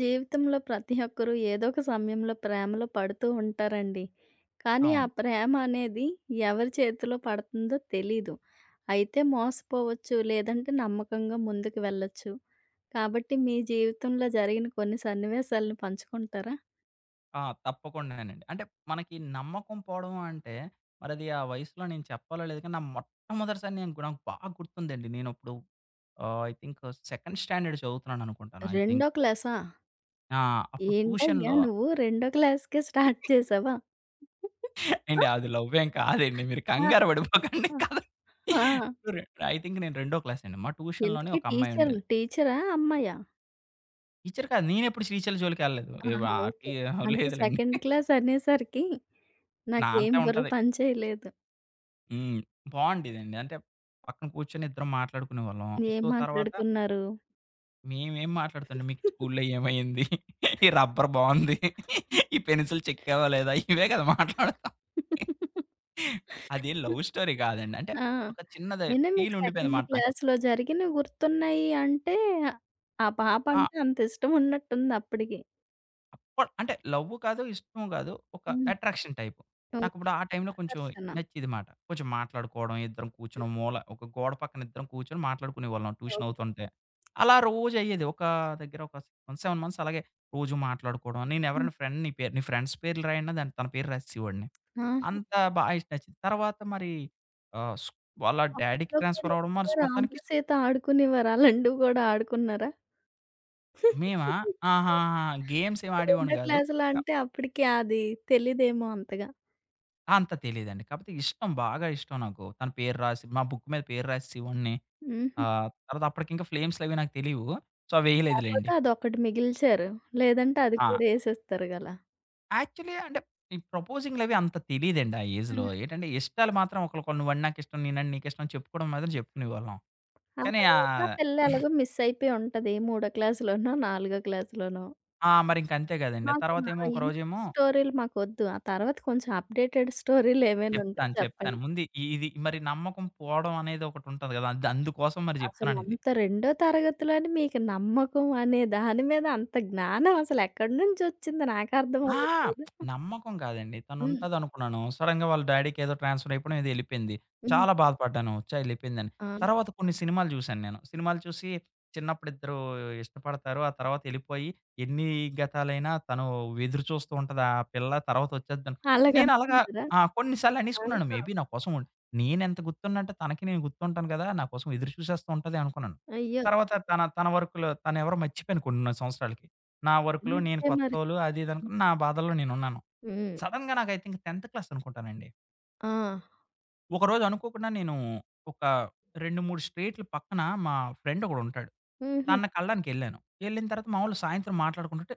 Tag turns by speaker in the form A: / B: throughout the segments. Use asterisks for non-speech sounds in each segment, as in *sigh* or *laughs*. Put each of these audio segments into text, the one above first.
A: జీవితంలో ప్రతి ఒక్కరూ ఏదో ఒక సమయంలో ప్రేమలో పడుతూ ఉంటారండి. కానీ ఆ
B: అవును.
A: ప్రేమ అనేది ఎవరి చేతిలో పడుతుందో తెలీదు. అయితే మోసపోవచ్చు, లేదంటే నమ్మకంగా ముందుకు వెళ్ళొచ్చు. కాబట్టి మీ జీవితంలో జరిగిన కొన్ని సన్నివేశాలను పంచుకుంటారా?
B: ఆ! తప్పకుండానండి. అంటే మనకి నమ్మకం పోవడం అంటే మరది ఆ వయసులో నేను చెప్పాలో లేదో కానీ, నా మొట్టమొదటిసారి, నాకు బాగా గుర్తుందండి. నేనప్పుడు ఐ థింక్ సెకండ్ స్టాండర్డ్ చదువుతున్నాను అనుకుంటాను. ఐ
A: రెండో
B: థింక్.
A: క్లాసా?
B: ఆ! అప్పుడు
A: ఏంటయ్యా
B: ట్యూషన్‌లో
A: నువ్వు రెండో క్లాస్‌కే స్టార్ట్ చేసావా? ఆ!
B: ఏవండి అది లవ్ ఏం కాదండి. మీరు
A: ఆ!
B: కంగారు పడిపోకండి.
A: ఆ!
B: *laughs* కథ.
A: ఆ!
B: ఐ థింక్ నేను రెండో క్లాస్ అండి. మా ట్యూషన్‌లోనే
A: ఇంతకీ
B: ఒక అమ్మాయి
A: టీచర్
B: ఉండేది.
A: టీచరా? అమ్మాయా?
B: టీచర్ కాదు. నేనెప్పుడు శ్రీశైలం జోలికెళ్ళలేదు. ఏ
A: ఆహా!
B: వ
A: ఓకే.
B: టీ
A: అంటే
B: లేదులెండి.
A: సెకండ్ క్లాస్ అనేసరికి
B: నా
A: నాకేం
B: అంతా
A: బుర్ర
B: ఉంటది.
A: పని చేయలేదు.
B: హ్మ్. బావుండేదండి. అంటే పక్కన కూర్చొని ఇద్దరం మాట్లాడుకునేవాళ్ళం. సో,
A: ఏం
B: తర్వాత
A: మాట్లాడుకున్నారు?
B: మేమేం మాట్లాడుతుండే మీకు స్కూల్‌లో ఏమైంది? ఈ రబ్బర్ బావుంది. ఈ పెన్సిల్ చెక్కావా లేదా? ఇవే కదా మాట్లాడతాం. అదేం లవ్ స్టోరీ కాదండి. అంటే
A: ఆ!
B: ఒక చిన్నది
A: అయినా
B: ఫీల్
A: మీకు సెకండ్
B: ఉండిపోయిందన్నమాట నాకి.
A: క్లాస్‌లో జరిగినవి గుర్తున్నాయి అంటే, ఆ పాప
B: ఆ!
A: అంటే అంత ఇష్టం ఉన్నట్టుంది అప్పటికి.
B: అప్పడ్ అంటే లవ్వు కాదు, ఇష్టం కాదు. ఒక
A: హ్మ్.
B: Attraction type.
A: ఓకే.
B: నాకిప్పుడు ఆ టైంలో కొంచెం
A: ఆకర్షణ.
B: నచ్చేది మాట. కొంచెం మాట్లాడుకోవడం, ఇద్దరం కూర్చొని మూల ఒక గోడ పక్కన ఇద్దరం కూర్చొని మాట్లాడుకునేవాళ్ళం ట్యూషన్
A: ఓకే.
B: అవుతుంటే. అలా రోజు అయ్యేది. ఒక దగ్గర ఒక 6 మంత్స్, 7 మంత్స్ అలాగే రోజు మాట్లాడుకోవడం. నేను
A: హ్మ్.
B: ఎవరైనా ఫ్రెండ్ నీ పేరు నీ ఫ్రెండ్స్ పేర్లు రాయన్నా దాన్ని తన పేరు రాసేసేవాడిని.
A: ఆహా!
B: అంత బా నచ్చింది. తర్వాత మరి ఆహ్, స్ వాళ్ళ డ్యాడీకి
A: అప్పట్లో కూడా
B: ట్రాన్స్‌ఫర్ అవ్వడం. మరి
A: ఎక్కువ
B: మొత్తానికి
A: రాముడు, సీత ఆడుకునేవారు. అలాంటివి గూడా ఆడుకున్నారా?
B: మేమా?
A: *laughs* ఆ!
B: ఆహాహా! గేమ్స్ ఏమి ఆడేవాడిని
A: రెండో
B: కాదు.
A: క్లాస్‌లో అంటే అప్పటికి అది తెలీదేమో అంతగా.
B: ఆ! అంత తెలీదండి. కాపోతే ఇష్టం. బాగా ఇష్టం నాకు. తన పేరు రాసి మా బుక్ మీద పేరు రాసేసేవాడిని.
A: హుహు.
B: తర్వాత అప్పటికింకా ఫ్లేమ్స్‌లవి నాకు తెలీవు. సో, అవేయలేదులెండి.
A: లేపోతే అదొకటి మిగిల్చారు. లేదంటే అది
B: ఆ!
A: కూడా యేసేస్తారు గలా.
B: యాక్చువల్లీ అంటే ఈ ప్రపోజింగ్‌లవి అంత తెలీదండి ఆ ఏజ్‌లో.
A: హ్మ్.
B: ఏంటంటే ఇష్టాలు మాత్రం ఒకళ్ళకొకళ్ళు నువ్వంటే నాకిష్టం, నేనంటే నీకిష్టం చెప్పుకోవడం మాత్రం చెప్పుకునేవాళ్ళం.
A: ఆ
B: కానీ
A: తర్వాత పిల్ల ఎలాగో మిస్ అయిపోయి ఉంటది. మూడో క్లాస్‌లోనో, నాలుగో క్లాస్‌లోనో.
B: ఆ! మరింక అంతే గదండీ.
A: మాకు ఆ!
B: తర్వాతేమో
A: ఇలాంటి
B: ఒకరోజేమో
A: స్టోరీలు మాకొద్దు. ఆ తర్వాత కొంచెం అప్‌డేటెడ్ స్టోరీలు ఏమైనా ఉంటే
B: చెప్తాను, చెప్తాను.
A: చెప్పండి.
B: ముందు ఇది మరి నమ్మకం పోవడం అనేది ఒకటుంటది గదా! అందుకోసం మరి
A: అసలు
B: జెప్తున్నానిది.
A: అంత రెండో తరగతిలోని మీకు నమ్మకం అనే దాని మీద అంత జ్ఞానం అసలెక్కడి నుంచొచ్చిందో నాకర్థం
B: ఆ!
A: అవ్వట్లేదు.
B: నమ్మకం కాదండి.
A: హ్మ్.
B: తనుంటదనుకున్నాను. సడెన్‌గా వాళ్ళ డ్యాడీకేదో ట్రాన్స్‌ఫర్ అయిపోవడం ఏదో ఎళ్ళిపోయింది.
A: హ్మ్.
B: చాలా బాధపడ్డాను. ఛా! ఎళ్ళిపోయిందని.
A: ఆ!
B: తర్వాత కొన్ని సినిమాలు చూశాను నేను. సినిమాలు చూసి చిన్నప్పుడు ఇద్దరు ఇష్టపడతారు. ఆ తర్వాత ఎళ్ళిపోయి ఎన్ని గతాలైనా తను ఎదురు చూస్తూ ఉంటది ఆ పిల్ల తర్వాత వచ్చేద్దని. నేను అలాగా
A: అలాగనుకున్నారా?
B: ఆ! కొన్ని సార్లు అనేసుకున్నాను.
A: ఆహా!
B: మేబీ నా కోసం నేనెంత గుర్తున్నంటే తనకి నేను గుర్తుంటాను కదా! నా కోసం ఎదురు చూసేస్తూ ఉంటది అనుకున్నాను.
A: అయ్యో!
B: తర్వాత తన తన వర్క్‌లో తనెవరో మర్చిపోయాను కొన్ని సంవత్సరాలకి. నా వర్క్‌లో నేను
A: అంతే మరి.
B: కొత్తోలు అది ఇది అనుకుని, నా బాధల్లో నేనున్నాను.
A: హ్మ్.
B: సడెన్‌గా నాకు ఐ థింక్ 10th క్లాస్ అనుకుంటానండి.
A: ఆ!
B: ఒకరోజు అనుకోకుండా నేను ఒక 2, 3 స్ట్రీట్‌లు పక్కన మా ఫ్రెండ్ ఒకడుంటాడు.
A: హుహు.
B: తనని కలవడానికెళ్ళాను. ఎళ్ళిన తర్వాత మామూలు సాయంత్రం మాట్లాడుకుంటుంటే,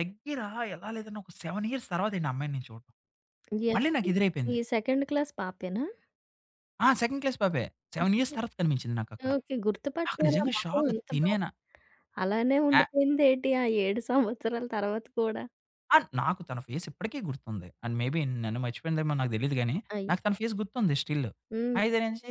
B: దగ్గర ఎలా లేదన్నా ఒక 7 ఇయర్స్ తర్వాతండి ఆ అమ్మాయిని నేను చూడటం. మళ్ళీ నాకు
A: ఎవరండి? ఇప్పుడు
B: ఎదురైపోయింది.
A: ఈ సెకండ్ క్లాస్ పాపేనా?
B: ఆ! సెకండ్ క్లాస్ పాపే. 7 ఇయర్స్ తర్వాత కనిపించింది నాకక్కడ.
A: ఓకే.
B: నాకు
A: గుర్తుపట్టారా
B: నిజంగా
A: మొఖం
B: షాక్
A: అంత బా
B: తినేనా.
A: అలానే ఉండిపోయిందేటి ఆ 7 సంవత్సరాల తర్వాత కూడా?
B: ఆ! నాకు తన ఫేస్ ఇప్పటికి గుర్తుంది. అండ్ మేబీ నన్ను మర్చిపోయిందేమో నాకు తెలీదు గానీ,
A: అయ్యో!
B: నాకు తన ఫేస్ గుర్తుంది స్టిల్.
A: హ్మ్.
B: అయితే నుంచి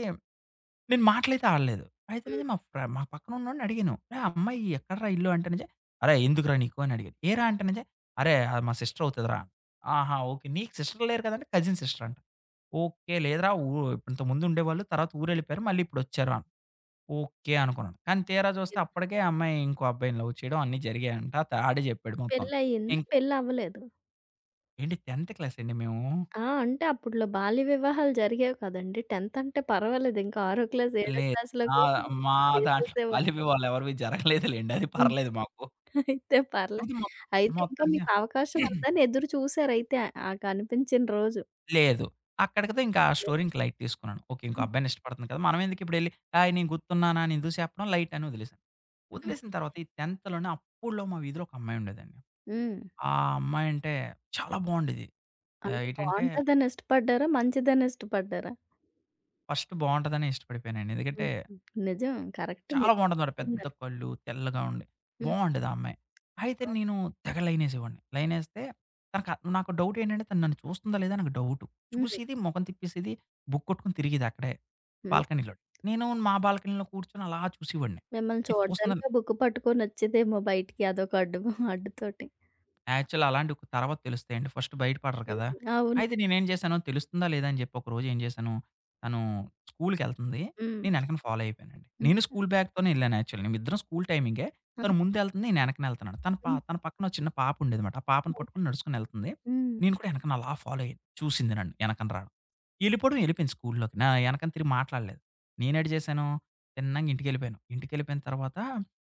B: నేను మాటలైతే ఆడలేదు. అయితే
A: హ్మ్.
B: నుంచి మా పక్కన ఉన్నోడిని అడిగాను. "రేయ్! ఆ అమ్మాయి ఎక్కడిరా ఇల్లు" అంటే నుంచి, "అరేయ్! ఎందుకురా నీకు" అని అడిగాను. "ఏరా" అంటే నుంచి, "అరేయ్! అది మా సిస్టర్ అవుతదిరా." "ఆహా! ఓకే. నీకు సిస్టర్ లేరు కదంటే కజిన్ సిస్టర్" అంట. "ఓకే. లేదురా. ఊ ఇంతకుముందు ఉండేవాళ్ళు. తర్వాత ఊరెళ్ళిపోయారు. మళ్ళీ ఇప్పుడొచ్చారు" అన్. ఓకే అనుకున్నాను. కానీ తీరా చూస్తే
A: ఎప్
B: అప్పటికే ఆ అమ్మాయి ఇంకో అబ్బాయిని లవ్ చేయడం అన్నీ జరిగాయంట. ఆడే చెప్పాడు మొత్తం.
A: పెళ్లయిందా?
B: ఇం
A: పెళ్లవ్వలేదు.
B: ఏండి 10th క్లాసా అండి మేము?
A: ఆ! అంటే అప్పట్లో బాల్య వివాహాలు జరిగేవి కదండీ. 10థ్ అంటే పర్వాలేదు. ఇంకా 6 క్లాస్, 7
B: లేదు.
A: క్లాస్‌లో
B: ఆ!
A: కూడా
B: మా దాంట్లో
A: చేసేసేవారు
B: బాల్య
A: కదా!
B: వివాహాలు ఎవరివి జరగలేదులెండి. అది
A: హ్మ్.
B: పర్లేదు మాకు.
A: అయితే పర్లేదు.
B: అది మొ
A: అయితే ఇంకా
B: మొత్తంగా
A: మీకు అవకాశం
B: *clears throat*
A: ఉందని ఎదురు చూసారయితే ఆ ఆ కనిపించిన రోజు.
B: లేదు. అక్కడికతో ఇంకా ఆ స్టోరీ ఇంక లైట్ తీసుకున్నాను. ఓకే. ఇంకో
A: హ్మ్.
B: అబ్బాయిని ఇష్టపడుతుంది కదా! మనం ఎందుకు ఇప్పుడెళ్లి హాయ్ నేను గుర్తున్నానా అని ఎందుకు చెప్పడం లైట్ అని వదిలేసాను. వదిలేసిన తర్వాత ఈ 10థ్‌లోనే అప్పట్లో మా వీధిలో ఒక అమ్మాయి ఉండేదండి.
A: హ్మ్.
B: ఆ అమ్మాయి అంటే చాలా బావుండేది.
A: అంటే
B: ఏటంటే
A: బావుంటదని ఇష్టపడ్డారా? మంచిదని ఇష్టపడ్డారా?
B: ఫస్ట్ బావుంటదనే ఇష్టపడిపోయానండి. ఎందుకంటే
A: హ్మ్. హ్మ్. నిజం. కరెక్ట్.
B: చాలా
A: మీరు
B: బావుంటుందమాట. పెద్ద
A: చెప్తున్నారు.
B: కళ్ళు, తెల్లగా ఉండి.
A: హ్మ్.
B: బావుండేది ఆ అమ్మాయి. అయితే నేను
A: అవును.
B: తెగ లైనేసేవాడిని. లైనేస్తే తనక నాకు డౌటేంటంటే తను నన్ను చూస్తుందా లేదా నాకు డౌటు.
A: హ్మ్.
B: చూసేది, మొఖం తిప్పేసేది, బుక్ కొట్టుకొని తిరిగేది అక్కడే
A: హ్మ్.
B: బాల్కనీలో. నేను మా బాల్కనీలో కూర్చొని అలా చూసేవాడిని.
A: మిమ్మల్ని
B: ఇది చూస్తుందా.
A: చూడడానికి ఆ బుక్ పట్టుకొనొచ్చేదేమో బయటికి అదొక అడ్డు అడ్డుతోటి.
B: యాక్చువల్ అలాంటివి తర్వాత తెలుస్తాయండి. ఫస్ట్ బయట పడరు
A: హ్మ్.
B: కదా!
A: అవును.
B: అయితే నేనేం చేశాను తెలుస్తుందా లేదా అని చెప్పి ఒకరోజు ఏం చేశాను, తను స్కూల్‌కెళ్తుంది.
A: హ్మ్.
B: నేను ఎనకన ఫాలో అయిపోయానండి. నేను
A: హ్మ్.
B: స్కూల్ బ్యాగ్‌తోనే ఎళ్ళాను యాక్చువల్లీ. మేమిద్దరం స్కూల్ టైమింగే.
A: ఆ!
B: తను ముందెళ్తుంది. నేను ఎనకన ఎళ్తున్నాను.
A: హ్మ్.
B: తన పక్కన ఓ చిన్న పాప ఉండేదమాట. ఆ పాపను పట్టుకొని
A: ఓకే.
B: నడుచుకొని ఎళ్తుంది.
A: హ్మ్.
B: నేను కూడా ఎనకన అలా ఫాలో అయ్యాను. చూసింది నన్ను ఎనకన రాడం. ఎళ్ళిపోవడం ఎళ్ళిపోయింది స్కూల్‌లోకి. నా ఎనకన తిరిగి మాట్లాడలేదు. నేనేటి చేశాను, తిన్నంగా ఇంటికెళ్ళిపోయాను. ఇంటికెళ్ళిపోయిన తర్వాత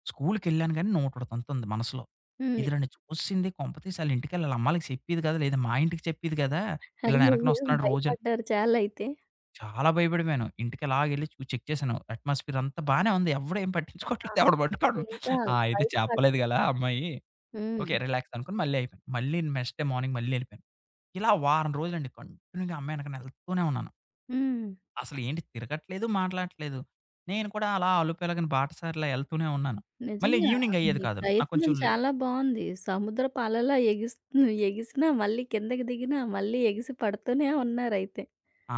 B: స్కూల్‌కెళ్ళాను గానీ నూటోటి తంతుంది మనసులో.
A: హ్మ్.
B: ఇది నన్ను చూసింది కొంపతీసి ఆళ్ళింటికెళ్ళి ఆళ్ళ అమ్మాళ్ళకి చెప్పేది కాదు. లేదా మా ఇంటికి చెప్పేది కదా! ఇలా నా ఎనకన
A: అయ్యయ్యో!
B: వస్తున్నాడు రోజని.
A: భయపడ్డారు చాలా అయితే.
B: చాలా భయపడిపోయాను. ఇంటికలాగెళ్ళి చెక్ చేశాను. అట్మాస్ఫియర్ అంతా బానే ఉంది. ఎవడు ఏం
A: ఆ!
B: పట్టించుకోవట్లేదు. ఎవడు
A: అయితే
B: పట్టుకోవడం.
A: ఇంకా
B: ఆ! అయితే
A: బయట
B: చెప్పలేదు
A: పడలేదు.
B: గలా అమ్మాయి.
A: హ్మ్.
B: ఓకే. రిలాక్స్ అనుకోని మళ్ళీ అయిపోయాను. మళ్ళీ నెక్స్ట్ డే మార్నింగ్ మళ్ళీ ఎళ్ళిపోయాను. ఇలా వారం రోజులండి కంటిన్యూగా ఆ అమ్మాయి ఎనకన ఎళ్తూనే ఉన్నాను.
A: హ్మ్.
B: అసలు ఏంటి తిరగట్లేదు, మాట్లాడట్లేదు. నేను కూడా అలా అలుపెరగని బాటసారిలా ఎళ్తూనే ఉన్నాను. మళ్ళీ
A: నిజంగా
B: ఈవినింగ్ అయ్యేది
A: మీ
B: కాదు. నాకు
A: ప్రయత్నం
B: కొంచెం
A: చాలా బావుంది. సముద్రపు అలలా ఎగిస్తు ఎగిసినా మళ్ళీ కిందకి దిగినా మళ్ళీ ఎగిసి పడుతూనే ఉన్నారైతే.
B: ఆ!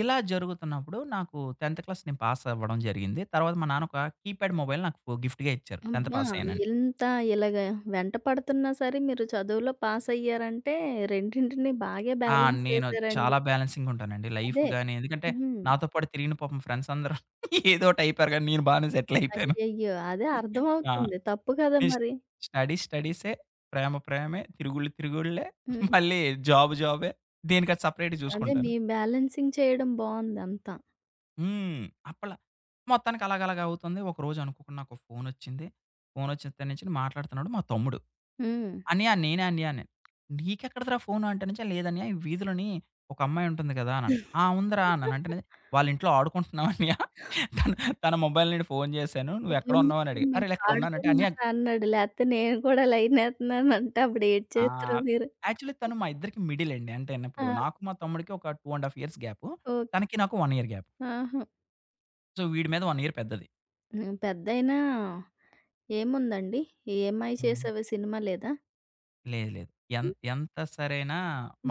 B: ఇలా జరుగుతున్నప్పుడు నాకు 10th క్లాస్ నేను పాస్ అవ్వడం జరిగింది. తర్వాత మా నాన్న ఒక కీప్యాడ్ మొబైల్ నాకు గిఫ్ట్‌గా ఇచ్చారు 10థ్
A: అమ్మా!
B: పాస్ అయ్యానని.
A: ఎంత ఇలాగ వెంట పడుతున్నా సరే మీరు చదువులో పాసయ్యారంటే రెండింటిని బాగే
B: ఆ!
A: బ్యాలెన్స్
B: నేను
A: చేశారండి.
B: చాలా బ్యాలెన్సింగ్‌గా ఉంటానండి. లైఫ్
A: అదే.
B: గాని ఎందుకంటే
A: హ్మ్.
B: నాతో పాటు తిరిగిన పాపం ఫ్రెండ్స్ అందరూ *laughs* ఏదో ఒకటి అయిపోయారు కానీ నేను బానే సెటిల్ అయిపోయాను.
A: అయ్యయ్యో! అదే
B: ఆ!
A: అర్థమవుతుంది. తప్పు కదా
B: నేను
A: మరి.
B: స్టడీ స్టడీసే, ప్రేమ ప్రేమే, తిరుగుళ్ళు తిరుగుళ్ళే,
A: హ్మ్.
B: మళ్ళీ జాబ్ జాబే. దీనికి అది సెపరేట్‌గా
A: అదే
B: చూసుకుంటాను.
A: మీ బ్యాలెన్సింగ్ చేయడం బావుంది అంతా.
B: హ్మ్. అప్పలా మొత్తానికి అలాగలాగ అవుతుంది. ఒకరోజు అనుకోకుండా నాకు ఫోనొచ్చింది. ఫోనొచ్చినతడి నుంచి మాట్లాడుతున్నాడు మా తమ్ముడు.
A: హ్మ్.
B: "అన్నయ్య నేనే అన్నయ్య" అన్నాను. "నీకెక్కడిదిరా ఫోను" అంటే నుంచి "లేదన్నయ్య ఈ వీధిలోని ఒక అమ్మాయి ఉంటుంది కదా!" అన్నాను. "ఆ! ఉందిరా" అన్నాను. అంటే "వాళ్ళ ఇంట్లో ఆడుకుంటున్నాం అన్నయ్య. తన తన మొబైల్ నుండి ఫోను చేశాను. నువ్వెక్కడ ఉన్నావు" అని
A: పోనీలే
B: అడిగా. "అరే!
A: మీకు
B: నేనిక్కడ ఉన్నానంటే." "అన్నయ్య."
A: ఆడుకుంటున్నారా అన్నాడు. లేతే నేను కూడా లైనేత్తున్నాను అంటే అప్పుడు ఏటి చేత్తరు
B: ఆహ్,
A: మీరు?
B: యాక్చువల్లీ తను మా ఇద్దరికి మిడిల్ అండి. అంటే ఇప్పుడు
A: ఆ!
B: నాకు మా తమ్ముడికి ఒక 2 ½ ఇయర్స్ గ్యాపు.
A: ఓకే.
B: తనకి నాకు 1 ఇయర్ గ్యాప్.
A: ఆహా!
B: సో వీడి మీద 1 ఇయర్ పెద్దది.
A: హ్మ్. పెద్దయినా ఏముందండి? 'ఏమై
B: హ్మ్.
A: చేసావే' సినిమా లేదా?
B: లేదు. లేదు. ఎంత సరైనా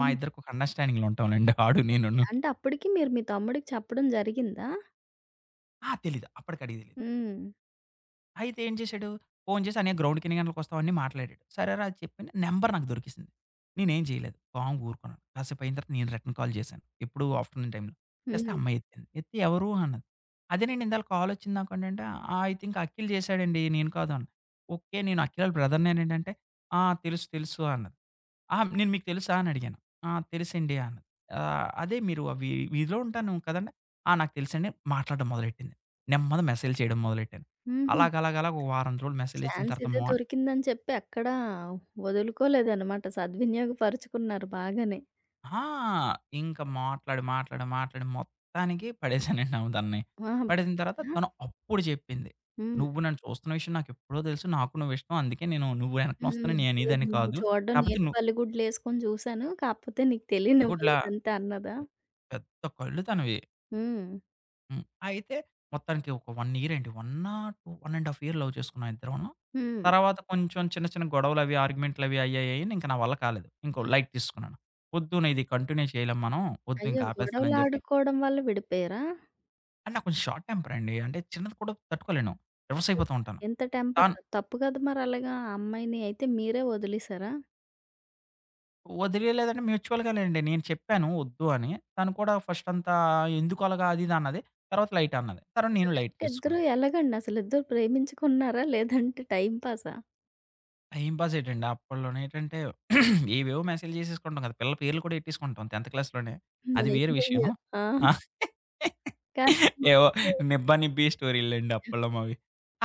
B: మా ఇద్దరికొక అండర్‌స్టాండింగ్‌లో ఉంటాంలెండి ఆడు నేనును.
A: అంటే అప్పటికి మీరు మీ తమ్ముడికి చెప్పడం జరిగిందా?
B: ఆ! తెలీదు. అప్పటికి అడిగి తెలీదు.
A: హ్మ్.
B: అయితే ఏం చేశాడు? ఫోను చేసి "అన్నయ్య గ్రౌండ్‌కి ఎన్ని గంటలకొస్తావు" అని మాట్లాడాడు. సరేరా అని చెప్పి నంబర్ నాకు దొరికేసింది. నేనేం చేయలేదు. కామ్‌గా ఊరుకున్నాను. కాసేపు అయిన తర్వాత నేను రిటర్న్ కాల్ చేశాను. ఎప్పుడు ఆఫ్టర్‌నూన్ టైమ్‌లో.
A: హ్మ్.
B: చేస్తే అమ్మాయి ఎత్తింది. ఎత్తి "ఎవరు" అన్నది. అదేనండి ఇందాక కాల్ వచ్చింది నాకు అంటే "ఆ! ఐ థింక్ అఖిల్ చేశాడండి నేను కాదు" అన్నా. "ఓకే. నేను అఖిల్ ఆళ్ళ బ్రదర్‌నేనండి" అంటే "ఆ! తెలుసు తెలుసు" అన్నది. "ఆ! నేను మీకు తెలుసా" అని అడిగాను. "ఆ! తెలుసండి" అన్నది. "అదే మీరు వీధిలో ఉంటాను కదండీ." "ఆ! నాకు తెలుసండి" మాట్లాడడం మొదలెట్టింది. నెమ్మదిగా మెసేజ్‌లు చేయడం మొదలెట్టాను.
A: హుహు.
B: అలాగలాగలాగ ఒక వారం రోజులు మెసేజేసిన
A: ఛాన్స్
B: తర్వాత
A: ఇదే దొరికిందని చెప్పి ఎక్కడా వదులుకోలేదనమాట. సద్వినియోగపరుచుకున్నారు బాగానే.
B: ఆ! ఇంక మాట్లాడి, మాట్లాడి, మాట్లాడి మొత్తానికి పడేసానండి ఆమె తనని.
A: ఆ!
B: పడేసిన తర్వాత
A: బాగా
B: తను అప్పుడు చెప్పింది.
A: హ్మ్.
B: "నువ్వు నన్ను చూస్తున్న విషయం నాకెప్పుడో తెలుసు. నాకు నువ్విష్టం. అందుకే నేను నువ్వు
A: హ్మ్.
B: వెనకనొస్తానని
A: మీరు
B: నేననేదాన్ని
A: నేను
B: కాదు.
A: చూడడం
B: కాపోతే
A: నేను
B: నువ్వు."
A: బల్లిగుడ్లేసుకొని చూసాను. కాకపోతే నీకు
B: అది కూడా
A: తెలియనివ్వలేదంతే అన్నదా?
B: పెద్ద కళ్ళు తనవి.
A: హ్మ్.
B: హ్మ్. అయితే మొత్తానికి ఒక 1 ఇయర్ ఏంటి 1, 2, 1 ½ ఇయర్ లవ్ చేసుకున్నాం ఇద్దరమును.
A: హ్మ్.
B: తర్వాత కొంచెం చిన్న చిన్న గొడవలవి, ఆర్గ్యుమెంట్‌లవి అయ్యాయి. ఇంక నా వల్ల కాలేదు. ఇంకో లైట్ తీసుకున్నాను. వద్దు నే ఇది కంటిన్యూ చేయలేం మనం. వద్దు ఇంక
A: అయ్యో!
B: ఆపేస్తానని చెప్పి.
A: గొడవలాడుకోవడం వల్ల విడిపోయారా?
B: అంటే నాకు కొంచెం షార్ట్ టెంపర్ అండి. అంటే చిన్నది కూడా తట్టుకోలేను. రివర్స్ అయిపోతూ ఉంటాను.
A: ఇంత టెంపర్
B: తాను
A: తప్పు కదా! మరలాగా ఆ అమ్మాయిని అయితే మీరే వదిలేసారా?
B: వదిలేయలేదంటే మ్యూచువల్‌గా‌లెండి. నేను చెప్పాను వద్దు అని. తను కూడా ఫస్ట్ అంతా ఎందుకు అలాగా అది ఇది అన్నది. తర్వాత లైట్ అన్నది. తర్వాత నేను లైట్
A: అసలంటే ఇద్దరు
B: తీసుకున్నాను.
A: ఎలాగండసలు? ఇద్దరు ప్రేమించుకున్నారా? లేదంటే టైమ్ పాసా?
B: టైమ్ పాస్ ఏటండి అప్పట్లోనేంటంటే *clears throat* ఏవేవో మెసేజ్‌లు చేసేసుకుంటాం కదా! పిల్లల పేర్లు కూడా ఎట్టేసుకుంటాం 10థ్ క్లాస్‌లోనే.
A: హ్మ్.
B: అది వేరే విషయం.
A: అయ్యయ్యో! ఆ!
B: ఆ!
A: కానీ
B: ఏవో 'నిబ్బా నిబ్బి' స్టోరీ‌లండి అప్పట్లో మావి.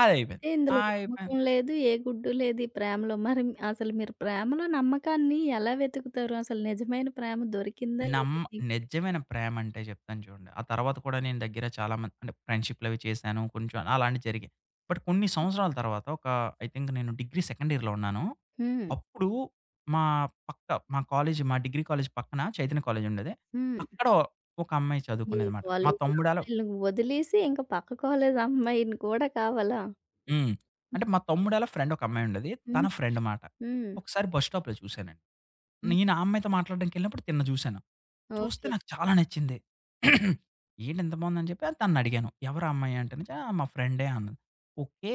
B: అదయిపోయింది.
A: అంటే
B: ఆ!
A: ఇందులో నమ్మకం
B: అయిపోయింది.
A: లేదు, ఏ గుడ్డు లేదు ఈ ప్రేమలో. మరి అసలు మీరు ప్రేమలో నమ్మకాన్ని ఎలా వెతుకుతారు? అసలు నిజమైన ప్రేమ దొరికిందా లేదా
B: నమ్మ
A: మీకు?
B: నిజమైన ప్రేమంటే చెప్తాను చూడండి. ఆ తర్వాత కూడా నేను దగ్గర చాలా మంది అంటే ఫ్రెండ్‌షిప్‌లవి చేశాను. కొంచెం అలాంటివి జరిగాయి. బట్ కొన్ని సంవత్సరాల తర్వాత ఒక ఐ థింక్ నేను డిగ్రీ సెకండ్ ఇయర్‌లో ఉన్నాను.
A: హ్మ్.
B: అప్పుడు మా మా కాలేజీ మా డిగ్రీ కాలేజీ పక్కన చైతన్య కాలేజ్ ఉండేది.
A: హ్మ్.
B: అక్కడ ఒక అమ్మాయి
A: మీ
B: చదువుకునేదమాట. మా
A: కాలేజీలో
B: తమ్ముడాళ్ళ.
A: అమ్మాయిల్ని వదిలేసి ఇంక పక్క కాలేజీ అమ్మాయిని కూడా కావాలా?
B: హ్మ్. అంటే మా తమ్ముడాళ్ళ ఫ్రెండ్ ఒక అమ్మాయుండేది. తన
A: హ్మ్.
B: ఫ్రెండ్ మాట.
A: హ్మ్.
B: ఒకసారి బస్ స్టాప్‌లో చూసానండి.
A: హ్మ్.
B: నేను ఆ అమ్మాయితో మాట్లాడడానికెళ్ళినప్పుడు తినను చూసాను. చూస్తే
A: ఓకే.
B: నాకు చాలా నచ్చింది. *clears throat* ఏంటి ఇంత బావుందని చెప్పి తననడిగాను. ఎవరు ఆ అమ్మాయి అంటే నుంచి "ఆ! మా ఫ్రెండే" అన్నది. ఓకే.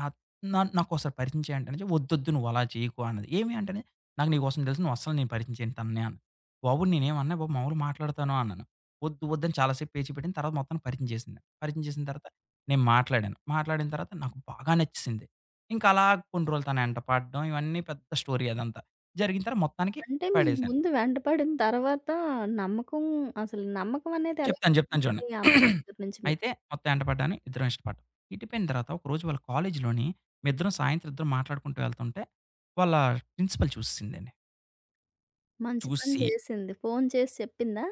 B: ఆహ్, నాకోసారి పరిచయం చేయి అంటే, నుంచి, "వద్దొద్దు నువ్వు అలా చేయకు" అన్నది. "ఏమి" అంటే, "నాకు నీకోసం తెలుసు నువ్వు అస్సలు నేను పరిచయం చేయను తనని" అన్నది. "బాబు నేనేమనలే బాబు మామూలుగా మాట్లాడతాను" అన్నాను. "వద్దు వద్దు" అని చాలా సేపు పేచి పెట్టింది. తర్వాత మొత్తానికి పరిచయం చేసింది. పరిచయం చేసిన తర్వాత నేను మాట్లాడాను. మాట్లాడిన తర్వాత నాకు బాగా నచ్చేసింది. ఇంక అలా కొన్ని రోజులు తన ఎంట పడడం ఇవన్నీ పెద్ద స్టోరీ అదంతా. జరిగిన తర్వాత మొత్తానికి
A: అంటే మీరు
B: పడేశాను.
A: ముందు వెంటపడిన తర్వాత నమ్మకం అసలు నమ్మకం అనేది ఎలా
B: చెప్తాను. చెప్తాను చూడండి.
A: కుదిరింది ఈ అమ్మాయి
B: *clears throat*
A: దగ్గర నుంచి మీకు?
B: అయితే మొత్తం ఎంట పడ్డాను. ఇద్దరం ఇష్టపడ్డాం. ఇటుపోయిన తర్వాత ఒకరోజు వాళ్ళ కాలేజీలోని మేమిద్దరం సాయంత్రం ఇద్దరం మాట్లాడుకుంటూ వెళ్తుంటే వాళ్ళ ప్రిన్సిపల్ చూసేసిందండి.
A: మంచి పని
B: చూసి
A: జేసింది. ఫోన్ చేసి చెప్పిందా?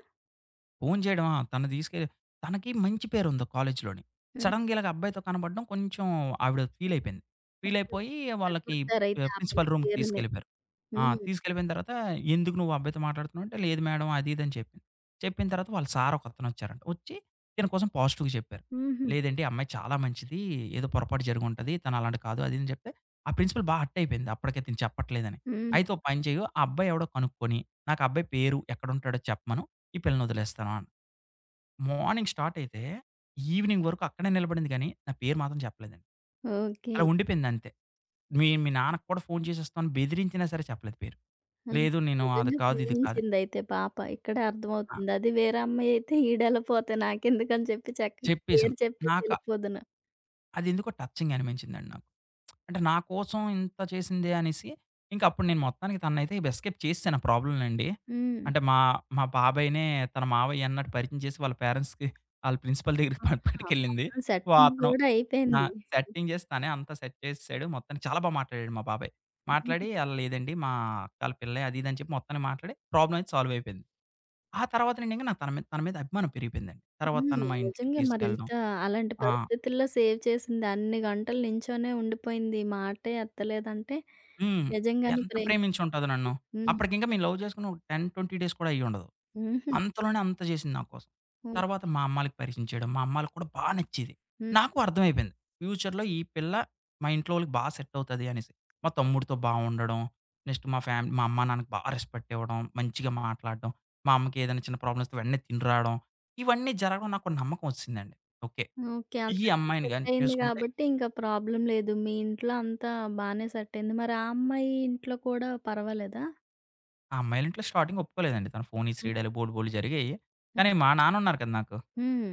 B: ఫోను చేయడం. ఆ! తను తీసుకెళ్ళి తనకి మంచి పేరుంది కాలేజులోని.
A: అయ్యో!
B: సడెన్‌గా ఇలాగ అబ్బాయితో కనపడడం కొంచెం ఆవిడ ఫీలయిపోయింది. ఫీలయిపోయి వాళ్ళకి
A: చెడగొట్టారైతే ఆ పిల్ల
B: ప్రిన్సిపల్ రూమ్‌కి
A: తీరుని.
B: తీసుకెళ్ళిపోయారు. ఆ!
A: హ్మ్.
B: తీసుకెళ్ళిపోయిన తర్వాత "ఎందుకు నువ్వు ఆ అబ్బాయితో మాట్లాడుతున్నావు?" అంటే "లేదు మేడం" అది ఇది అని చెప్పింది. చెప్పిన తర్వాత వాళ్ళ సార్ ఒకతను వచ్చారంట. వచ్చి దీని కోసం పాజిటివ్‌గా చెప్పారు.
A: హుహు.
B: "లేదండి, ఈ అమ్మాయి చాలా మంచిది. ఏదో పొరపాటు జరిగుంటది. తను అలాంటిది కాదు" అది ఇది అని చెప్తే ఆ ప్రిన్సిపల్ బా హర్ట్ అయిపోయింది. అప్పటికే తిను చెప్పట్లేదని.
A: హ్మ్.
B: "అయితే ఓ పని చెయ్యి. ఆ అబ్బాయి ఎవడో కనుక్కొని నాకు ఆ అబ్బాయి పేరు, ఎక్కడుంటాడో చెప్పమను. ఈ పిల్లనొదిలేస్తాను అన్." మార్నింగ్ స్టార్ట్ అయితే, ఈవినింగ్ వరకు అక్కడే నిలబడింది గానీ, నా పేరు మాత్రం చెప్పలేదండి.
A: ఓకే.
B: అలా ఉండిపోయిందంతే. మీ మీ నాన్నకి కూడా ఫోను చేసేస్తాను బెదిరించినా సరే చెప్పలేదు పేరు.
A: ఓకే.
B: లేదు నేను అది
A: నిజంగా
B: కాదు, ఇది కాదు
A: ప్రేమించిందయితే పాప. ఇక్కడే
B: ఆ!
A: అర్థమవుతుంది. అది వేరే అమ్మాయయితే ఈడెళ్ళపోతే నాకెందుకని చెప్పి చక్కగా
B: చెప్పేసాను.
A: పేరు చెప్పేసి
B: నాక
A: ఎళ్ళిపోదును.
B: అదెందుకో టచింగ్ అనిపించిందండి నాకు. అంటే నా కోసం ఇంత చేసిందే అనేసి, ఇంక అప్పుడు నేను మొత్తానికి తననైతే ఎస్కేప్ చేసేసాను ఆ ప్రాబ్లమ్ నుండి.
A: హ్మ్.
B: అంటే మా మా బాబాయినే తన మావయ్య అన్నట్టు పరిచయం చేసి వాళ్ళ పేరెంట్స్‌కి, ఆళ్ళ ప్రిన్సిపల్ దగ్గరికి
A: ఆహా!
B: పట్టుకెళ్ళింది.
A: మొత్తం సెట్టింగ్
B: అతను
A: గూడా
B: ఆ!
A: అయిపోయింది.
B: సెట్టింగ్ చేసి తనే అంతా సెట్ చేసేసాడు. మొత్తానికి చాలా బా మాట్లాడాడు మా బాబాయ్. మాట్లాడి "అలా లేదండి మా అక్కోళ్ళ పిల్లే" అది ఇది అని చెప్పి మొత్తాన్ని మాట్లాడి ప్రాబ్లమ్ అయితే సాల్వ్ అయిపోయింది. ఆ తర్వాత నుండి ఇంక నాకు తన మీద అభిమానం పెరిగిపోయిందండి. తర్వాత
A: హ్మ్.
B: తను మా ఇంటికి
A: నిజంగా
B: తీసుకెళ్ళడం.
A: మరింత అలాంటి
B: ఆ!
A: పరిస్థితుల్లో సేవ్ చేసింది. అన్ని గంటలు నించొనే ఉండిపోయింది. మాటే ఎత్తలేదంటే
B: హ్మ్.
A: నిజంగానే
B: ఎంత
A: ప్రేమ.
B: ప్రేమించి ఉంటదో నన్ను.
A: హ్మ్.
B: అప్పటికింకా మేము లవ్ చేసుకొని ఒక 10, 20 డేస్ కూడా అయ్యుండదు.
A: హుహు.
B: అంతలోనే అంత జేసింది నా కోసం.
A: హ్మ్.
B: తర్వాత మా అమ్మాళ్ళకి పరిచయం చేయడం. మా అమ్మాళ్ళకి కూడా బా నచ్చేది.
A: హ్మ్.
B: నాకు అర్థమైపోయింది. ఫ్యూచర్‌లో ఈ పిల్ల మా ఇంట్లో వాళ్ళకి బా సెట్ అవుతది అనేసి. మా తమ్ముడితో బావుండడం, నెక్స్ట్ మా ఫ్యామిలీ మా అమ్మా, నాన్నకి బా రెస్పెక్ట్ ఇవ్వడం, మంచిగా మాట్లాడడం, మా అమ్మకి ఏదైనా చిన్న ప్రాబ్లమ్ వస్తే వెంటనే తిని రాడం. ఇవన్నీ జరగడం నాకు ఒక నమ్మకం ఒచ్చేసిందండి. ఓకే.
A: ఓకే.
B: ఈ
A: అందరికి
B: అమ్మాయిని గాని
A: సెట్టయింది
B: చేసుకుంటే
A: గాబట్టి ఇంకా ప్రాబ్లమ్ లేదు. మీ ఇంట్లో అంతా బానే సెట్టయింది. మరి ఆ అమ్మాయి ఇంట్లో కూడా పర్వాలేదా?
B: ఆ అమ్మాయిళ్ళ ఇంట్లో స్టార్టింగ్ ఒప్పుకోలేదండి. తను ఫోనీ, శ్రీడేలు బోలెడు బోలెడు జరిగాయి.
A: హుహు.
B: కానీ మా నాన్న ఉన్నారు కదా నాకు.
A: హ్మ్.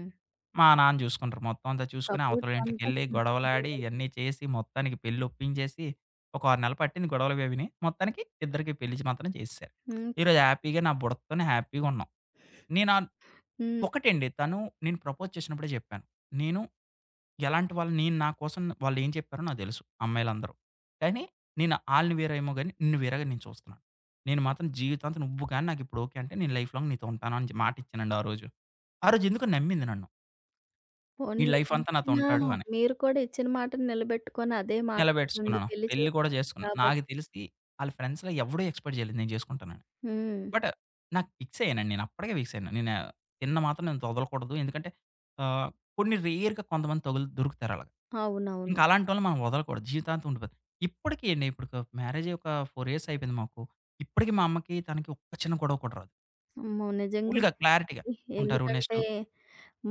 B: మా నాన్న చూసుకుంటారు. మొత్తం అంతా చూసుకొని
A: సపోర్ట్ అంతా
B: అవతలోళ్ళింటికెళ్ళి
A: మీ నాన్న
B: గొడవలాడి
A: మీదయితే.
B: ఇయన్నీ చేసి మొత్తానికి పెళ్లొప్పించేసి ఒక 6 నెలలు పట్టింది గొడవలవీని. మొత్తానికి ఇద్దరికి పెళ్లి చే మాత్రం చేసేసారు.
A: హ్మ్.
B: ఈరోజు హ్యాపీగా నా బుడతతోనే హ్యాపీగున్నాం. నేను ఆన్
A: హ్మ్.
B: ఒకటండి తను నేను ప్రపోజ్ చేసినప్పుడే చెప్పాను. నేను ఎలాంటి వాళ్ళు నేను నా కోసం వాళ్ళేం చెప్పారో నాకు తెలుసు అమ్మాయిలందరూ. కానీ నేను ఆళ్ళని వేరేమో గాని నిన్ను వేరేగా నేను చూస్తున్నాను. నేను మాత్రం జీవితాంతం నువ్వు గాని నాకిప్పుడు ఓకే అంటే నేను లైఫ్ లాంగ్ నీతో ఉంటాను అని జె మాటిచ్చానండి ఆ రోజు. ఆ రోజు ఎందుకో నమ్మింది నన్ను. ఈడు
A: పోనీలే
B: లైఫ్ అంతా నాతో
A: ఇచ్చినా
B: ఉంటాడు అని.
A: మీరు కూడా ఇచ్చిన మాట నిలబెట్టుకొని అదే మాట మీదుండి
B: నిలబెట్టుకున్నాను.
A: పెళ్లి
B: పెళ్లి
A: చేశారు
B: కూడా చేసుకున్నాను.
A: కాబట్టి
B: నాకు తెలిసి ఆళ్ళ ఫ్రెండ్స్‌లో ఎవడు ఎక్స్‌పెక్ట్ చేయలేదు నేను చేసుకుంటానని.
A: హ్మ్.
B: బట్ నాకు ఫిక్స్ అయ్యానండి. నేను అప్పటికే ఫిక్స్ అయ్యాను. నేను తిన్న మాత్రం నేను వదలకూడదు. ఎందుకంటే ఆహ్, కొన్ని రేర్‌గా కొంతమంది తగులు దొరుకుతారు అలాగా.
A: అవునవును.
B: ఇంకా అలాంటోళ్ళని మనం వదలకూడదు. జీవితాంతం ఉండిపోతారు. ఇప్పటికి అండి ఇప్పుడు మ్యారేజ్ అయ్యి ఒక 4 ఇయర్స్ అయిపోయింది మాకు. ఇప్పటికి మా అమ్మకి, తనకి ఒక్క చిన్న గొడవ కూడా రాదు.
A: అమ్మో! నిజంగా
B: ఫుల్‌గా క్లారిటీగా ఉంటారు. నెక్స్ట్
A: ఎందుకంటే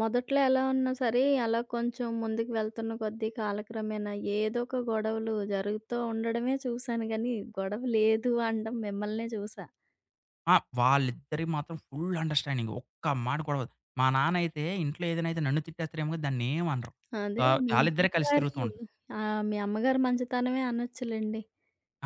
A: మొదట్లో ఎలా ఉన్నా సరే, అలా కొంచెం ముందుకు వెళ్తున్న కొద్దీ కాలక్రమేణా ఏదో ఒక గొడవలు జరుగుతూ ఉండడమే చూశాను గానీ, గొడవ లేదు అనడం మిమ్మల్నే చూసా.
B: ఆ! వాళ్ళిద్దరికి మాత్రం ఫుల్ అండర్‌స్టాండింగ్. ఒక్క మాట గొడవ అవ్వదు. మా నాన్నయితే ఇంట్లో ఏదైనా అయితే నన్ను తిట్టేస్తారేమో గాని దాన్నేం అనరు.
A: అదే మీ
B: ఆళ్ళిద్దరే కలిసి
A: అమ్మగారి
B: తిరుగుతూ ఉంటారు.
A: ఆ! మీ అమ్మగారి మంచితనమే అనొచ్చులెండి.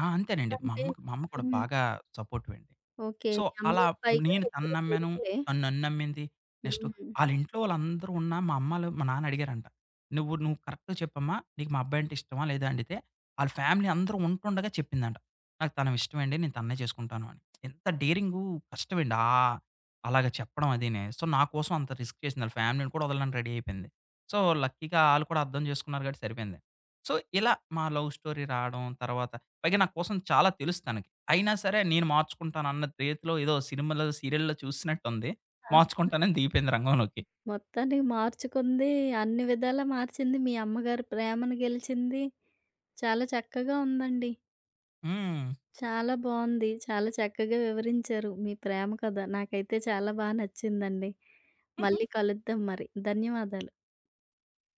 B: ఆ! అంతేనండి. మా
A: అంటే
B: అమ్మకి మా అమ్మ కూడా
A: హ్మ్.
B: బాగా సపోర్టివండి.
A: ఓకే.
B: సో,
A: మీ
B: అలా
A: అమ్మగారు పైగా
B: నేను తనను
A: ఇద్దరు
B: నమ్మాను.
A: కొడుకులే.
B: తను నన్ను నమ్మింది. నెక్స్ట్
A: హ్మ్.
B: ఆళ్ళింట్లో వాళ్ళందరూ ఉన్నా మా అమ్మోళ్ళు మా నాన్న అడిగారంట. "నువ్వు కరెక్ట్‌గా చెప్పమ్మా. నీకు మా అబ్బాయి అంటే ఇష్టమా? లేదా?" అడిగితే ఆళ్ళ ఫ్యామిలీ అందరూ ఉంటుండగా చెప్పిందంట. "నాకు తను ఇష్టమండి. నేను తన్నే చేసుకుంటాను" అని. ఎంత డేరింగు కష్టమండి. అలాగ చెప్పడం అదీని. సో, నా కోసం అంత రిస్క్ చేసింది. ఆళ్ళ ఫ్యామిలీని కూడా వదలడానికి రెడీ అయిపోయింది. సో, లక్కీగా ఆళ్ళు కూడా అర్థం చేసుకున్నారు కాబట్టి సరిపోయింది. సో, ఇలా మా లవ్ స్టోరీ రావడం తర్వాత పైగా నా కోసం చాలా తెలుసు తనకి. అయినా సరే నేను మార్చుకుంటానన్న రీతిలో ఏదో సినిమాలో, సీరియల్‌లో చూసినట్టుంది.
A: ఆ!
B: మార్చుకుంటానని దిగిపోయింది రంగంలోకి.
A: మొత్తానికి మార్చుకుంది, అన్ని విధాలా మార్చింది. మీ అమ్మగారి ప్రేమను గెలిచింది. చాలా చక్కగా ఉందండి.
B: హ్మ్.
A: చాలా బావుంది. చాలా చక్కగా వివరించారు మీ ప్రేమ కథ. నాకైతే చాలా బా నచ్చిందండి. మళ్ళీ కలుద్దాం మరి. ధన్యవాదాలు.